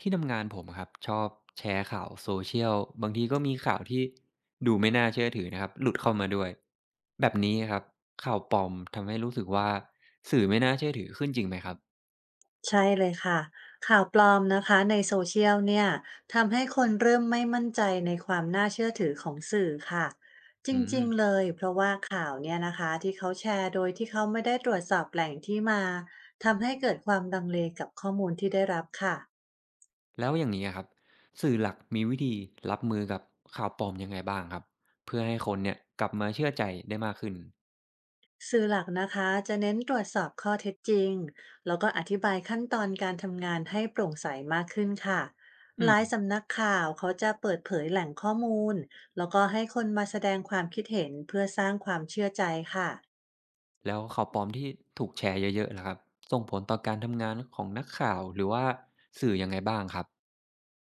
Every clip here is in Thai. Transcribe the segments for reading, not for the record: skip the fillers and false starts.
ที่ทำงานผมอะครับชอบแชร์ข่าว Social บางทีก็มีข่าวที่ดูไม่น่าเชื่อถือนะครับหลุดเข้ามาด้วยแบบนี้ครับข่าวปลอมทำให้รู้สึกว่าสื่อไม่น่าเชื่อถือขึ้นจริงไหมครับใช่เลยค่ะข่าวปลอมนะคะในโซเชียลเนี่ยทำให้คนเริ่มไม่มั่นใจในความน่าเชื่อถือของสื่อค่ะจรอืิมงๆเลยเพราะว่าข่าวเนี่ยนะคะที่เขาแชร์โดยที่เขาไม่ได้ตรวจสอบแหล่งที่มาทำให้เกิดความลังเลกับข้อมูลที่ได้รับค่ะ แล้วอย่างนี้อะครับสื่อหลักมีวิธีรับมือกับข่าวปลอมยังไงบ้างครับเพื่อให้คนเนี่ยกลับมาเชื่อใจได้มากขึ้นสื่อหลักนะคะจะเน้นตรวจสอบข้อเท็จจริงแล้วก็อธิบายขั้นตอนการทำงานให้โปร่งใสมากขึ้นค่ะอืหลายมสำนักข่าวเขาจะเปิดเผยแหล่งข้อมูลแล้วก็ให้คนมาแสดงความคิดเห็นเพื่อสร้างความเชื่อใจค่ะแล้วข่าวปลอมที่ถูกแชร์เยอะๆล่ะครับส่งผลต่อการทำงานของนักข่าวหรือว่าสื่อยังไงบ้างครับ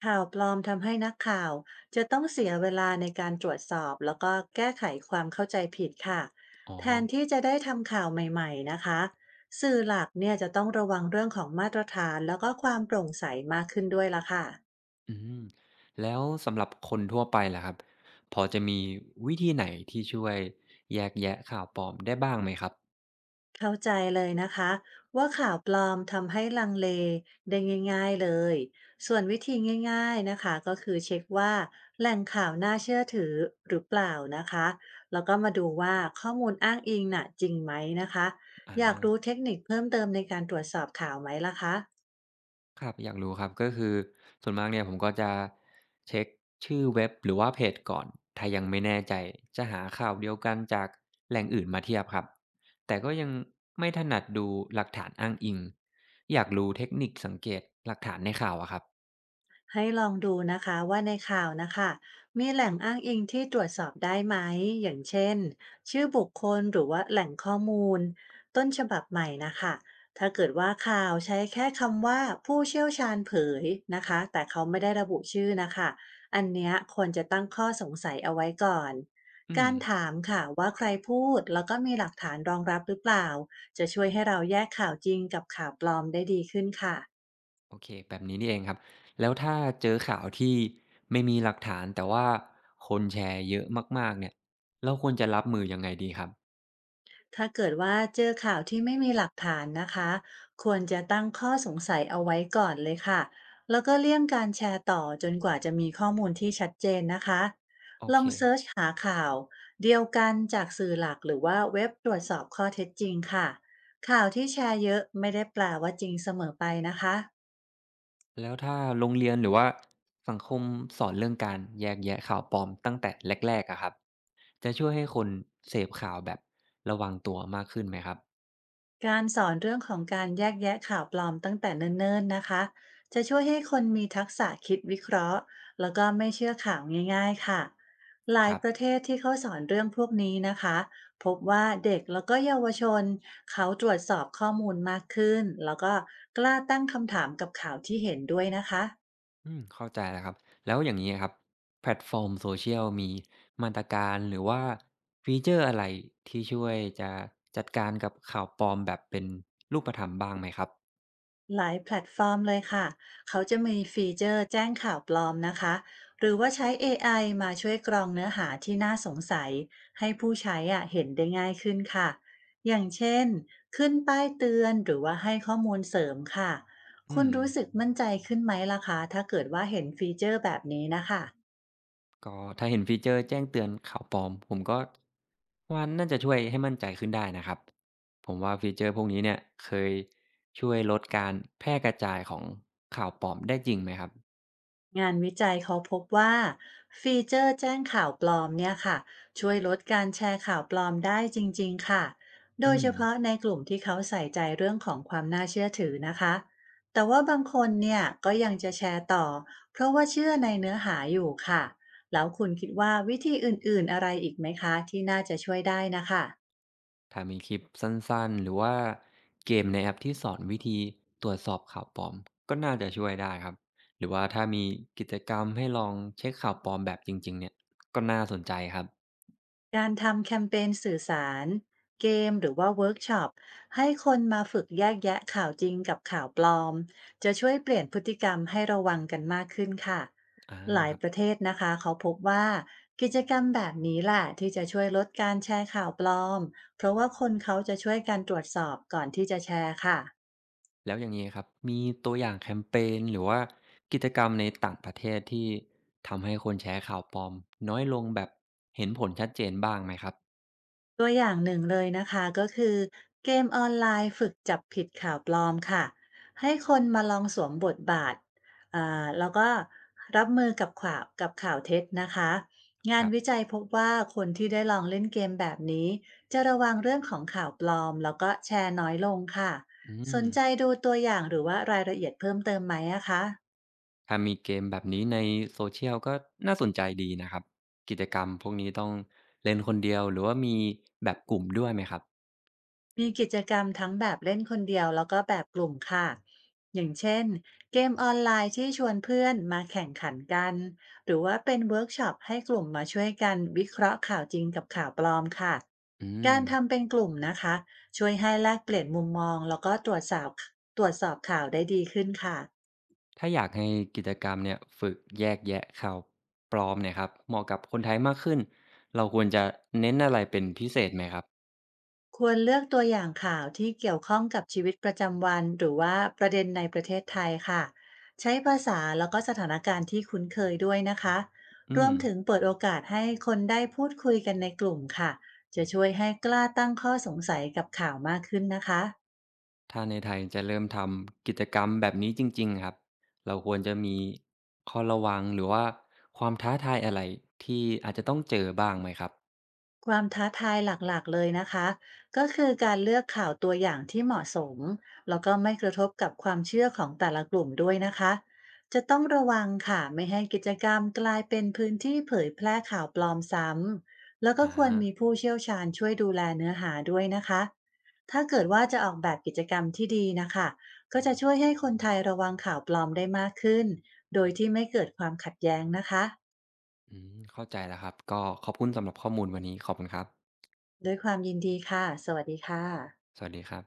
ข่าวปลอมทำให้นักข่าวจะต้องเสียเวลาในการตรวจสอบแล้วก็แก้ไขความเข้าใจผิดค่ะอ๋อ แทนที่จะได้ทำข่าวใหม่ๆนะคะสื่อหลักเนี่ยจะต้องระวังเรื่องของมาตรฐานแล้วก็ความโปร่งใสมากขึ้นด้วยละค่ะ อืมแล้วสำหรับคนทั่วไปล่ะครับพอจะมีวิธีไหนที่ช่วยแยกแยะข่าวปลอมได้บ้างไหมครับเข้าใจเลยนะคะว่าข่าวปลอมทำให้ลังเลได้ง่ายๆเลยส่วนวิธีง่ายๆนะคะก็คือเช็คว่าแหล่งข่าวน่าเชื่อถือหรือเปล่านะคะแล้วก็มาดูว่าข้อมูลอ้างอิงน่ะจริงไหมนะคะอาอยากรู้เทคนิคเพิ่มเติมในการตรวจสอบข่าวไหมล่ะคะ ครับอยากรู้ครับก็คือส่วนมากเนี่ยผมก็จะเช็กชื่อเว็บหรือว่าเพจก่อนถ้ายังไม่แน่ใจจะหาข่าวเดียวกันจากแหล่งอื่นมาเทียบครับแต่ก็ยังไม่ถนัดดูหลักฐานอ้างอิงอยากรู้เทคนิคสังเกตหลักฐานในข่าวอะครับให้ลองดูนะคะว่าในข่าวนะคะมีแหล่งอ้างอิงที่ตรวจสอบได้ไหมอย่างเช่นชื่อบุคคลหรือว่าแหล่งข้อมูลต้นฉบับใหม่นะคะถ้าเกิดว่าข่าวใช้แค่คำว่าผู้เชี่ยวชาญเผยนะคะแต่เขาไม่ได้ระบุชื่อนะคะอันเนี้ยควรจะตั้งข้อสงสัยเอาไว้ก่อนอืม การถามค่ะว่าใครพูดแล้วก็มีหลักฐานรองรับหรือเปล่าจะช่วยให้เราแยกข่าวจริงกับข่าวปลอมได้ดีขึ้นค่ะ โอเคแบบนี้นี่เองครับแล้วถ้าเจอข่าวที่ไม่มีหลักฐานแต่ว่าคนแชร์เยอะมากๆเนี่ยเราควรจะรับมือยังไงดีครับถ้าเกิดว่าเจอข่าวที่ไม่มีหลักฐานนะคะควรจะตั้งข้อสงสัยเอาไว้ก่อนเลยค่ะแล้วก็เลี่ยงการแชร์ต่อจนกว่าจะมีข้อมูลที่ชัดเจนนะคะโอลเคองคเซิรับร์ชหาข่าวเดียวกันจากสื่อหลักหรือว่าเว็บตรวจสอบข้อเท็จจริงค่ะข่าวที่แชร์เยอะไม่ได้แปลว่าจริงเสมอไปนะคะ แล้วถ้าโรงเรียนหรือว่าสังคมสอนเรื่องการแยกแยะข่าวปลอมตั้งแต่แรกๆอะครับจะช่วยให้คนเสพข่าวแบบระวังตัวมากขึ้นไหมครับการสอนเรื่องของการแยกแยะข่าวปลอมตั้งแต่เนิ่นๆนะคะ จะช่วยให้คนมีทักษะคิดวิเคราะห์แล้วก็ไม่เชื่อข่าวง่ายๆค่ะ หลาคยรับ ประเทศที่เขาสอนเรื่องพวกนี้นะคะ พบว่าเด็กแล้วก็เยาวชนเขาตรวจสอบข้อมูลมากขึ้นแล้วก็กล้าตั้งคำถามกับข่าวที่เห็นด้วยนะคะ อืมเข้าใจแล้วครับแล้วอย่างนี้ะครับแพลตฟอร์มโซเชียลมีมาตรการหรือว่าฟีเจอร์อะไรที่ช่วยจะจัดการกับข่าวปลอมแบบเป็นรูปธรรมบ้างไหมครับหลายแพลตฟอร์มเลยค่ะ เขาจะมีฟีเจอร์แจ้งข่าวปลอมนะคะ หรือว่าใช้ AI มาช่วยกรองเนื้อหาที่น่าสงสัยให้ผู้ใช้อ่ะเห็นได้ง่ายขึ้นค่ะ อย่างเช่นขึ้นป้ายเตือนหรือว่าให้ข้อมูลเสริมค่ะ อืคุณมรู้สึกมั่นใจขึ้นไหมล่ะคะถ้าเกิดว่าเห็นฟีเจอร์แบบนี้นะคะ ก็ถ้าเห็นฟีเจอร์แจ้งเตือนข่าวปลอมผมก็ว่าน่าจะช่วยให้มั่นใจขึ้นได้นะครับผมว่าฟีเจอร์พวกนี้เนี่ยเคยช่วยลดการแพร่กระจายของข่าวปลอมได้จริงไหมครับงานวิจัยเขาพบว่าฟีเจอร์แจ้งข่าวปลอมเนี่ยค่ะช่วยลดการแชร์ข่าวปลอมได้จริงๆค่ะโดอืยเฉม พาะในกลุ่มที่เขาใส่ใจเรื่องของความน่าเชื่อถือนะคะแต่ว่าบางคนเนี่ยก็ยังจะแชร์ต่อเพราะว่าเชื่อในเนื้อหาอยู่ค่ะแล้วคุณคิดว่าวิธีอื่นๆอะไรอีกไหมคะที่น่าจะช่วยได้นะคะ ถ้ามีคลิปสั้นๆหรือว่าเกมในแอปที่สอนวิธีตรวจสอบข่าวปลอมก็น่าจะช่วยได้ครับหรือว่าถ้ามีกิจกรรมให้ลองเช็คข่าวปลอมแบบจริงๆเนี่ยก็น่าสนใจครับการทำแคมเปญสื่อสารเกมหรือว่าเวิร์กช็อปให้คนมาฝึกแยกแยะข่าวจริงกับข่าวปลอมจะช่วยเปลี่ยนพฤติกรรมให้ระวังกันมากขึ้นค่ะอาหลาคยรับประเทศนะคะเขาพบว่ากิจกรรมแบบนี้แหละที่จะช่วยลดการแชร์ข่าวปลอมเพราะว่าคนเขาจะช่วยกันตรวจสอบก่อนที่จะแชร์ค่ะ แล้วอย่างนี้ครับมีตัวอย่างแคมเปญหรือว่ากิจกรรมในต่างประเทศที่ทำให้คนแชร์ข่าวปลอมน้อยลงแบบเห็นผลชัดเจนบ้างไหมครับตัวอย่างหนึ่งเลยนะคะก็คือเกมออนไลน์ฝึกจับผิดข่าวปลอมค่ะให้คนมาลองสวมบทบาทแล้วก็รับมือกับข่าวกับข่าวเท็จนะคะคงานรับวิจัยพบว่าคนที่ได้ลองเล่นเกมแบบนี้จะระวังเรื่องของข่าวปลอมแล้วก็แชร์น้อยลงค่ะอืสม นใจดูตัวอย่างหรือว่ารายละเอียดเพิ่มเติมไหมอะคะ ถ้ามีเกมแบบนี้ในโซเชียลก็น่าสนใจดีนะครับกิจกรรมพวกนี้ต้องเล่นคนเดียวหรือว่ามีแบบกลุ่มด้วยไหมครับมีกิจกรรมทั้งแบบเล่นคนเดียวแล้วก็แบบกลุ่มค่ะอย่างเช่นเกมออนไลน์ที่ชวนเพื่อนมาแข่งขันกันหรือว่าเป็นเวิร์กช็อปให้กลุ่มมาช่วยกันวิเคราะห์ข่าวจริงกับข่าวปลอมค่ะอืมการทำเป็นกลุ่มนะคะช่วยให้แลกเปลี่ยนมุมมองแล้วก็ตรวจสอบข่าวได้ดีขึ้นค่ะ ถ้าอยากให้กิจกรรมเนี่ยฝึกแยกแยะข่าวปลอมเนี่ยครับเหมาะกับคนไทยมากขึ้นเราควรจะเน้นอะไรเป็นพิเศษไหมครับควรเลือกตัวอย่างข่าวที่เกี่ยวข้องกับชีวิตประจำวันหรือว่าประเด็นในประเทศไทยค่ะใช้ภาษาแล้วก็สถานการณ์ที่คุ้นเคยด้วยนะคะรอืวมมถึงเปิดโอกาสให้คนได้พูดคุยกันในกลุ่มค่ะจะช่วยให้กล้าตั้งข้อสงสัยกับข่าวมากขึ้นนะคะ ถ้าในไทยจะเริ่มทำกิจกรรมแบบนี้จริงๆครับเราควรจะมีข้อระวังหรือว่าความท้าทายอะไรที่อาจจะต้องเจอบ้างไหมครับความท้าทายหลักๆเลยนะคะก็คือการเลือกข่าวตัวอย่างที่เหมาะสมแล้วก็ไม่กระทบกับความเชื่อของแต่ละกลุ่มด้วยนะคะจะต้องระวังค่ะไม่ให้กิจกรรมกลายเป็นพื้นที่เผยแพร่ข่าวปลอมซ้ำแล้วก็อา ควรมีผู้เชี่ยวชาญช่วยดูแลเนื้อหาด้วยนะคะถ้าเกิดว่าจะออกแบบกิจกรรมที่ดีนะคะก็จะช่วยให้คนไทยระวังข่าวปลอมได้มากขึ้นโดยที่ไม่เกิดความขัดแย้งนะคะอืมเข้าใจแล้วครับก็ขอบคุณสำหรับข้อมูลวันนี้ขอบคุณครับด้วยความยินดีค่ะสวัสดีค่ะสวัสดีครับ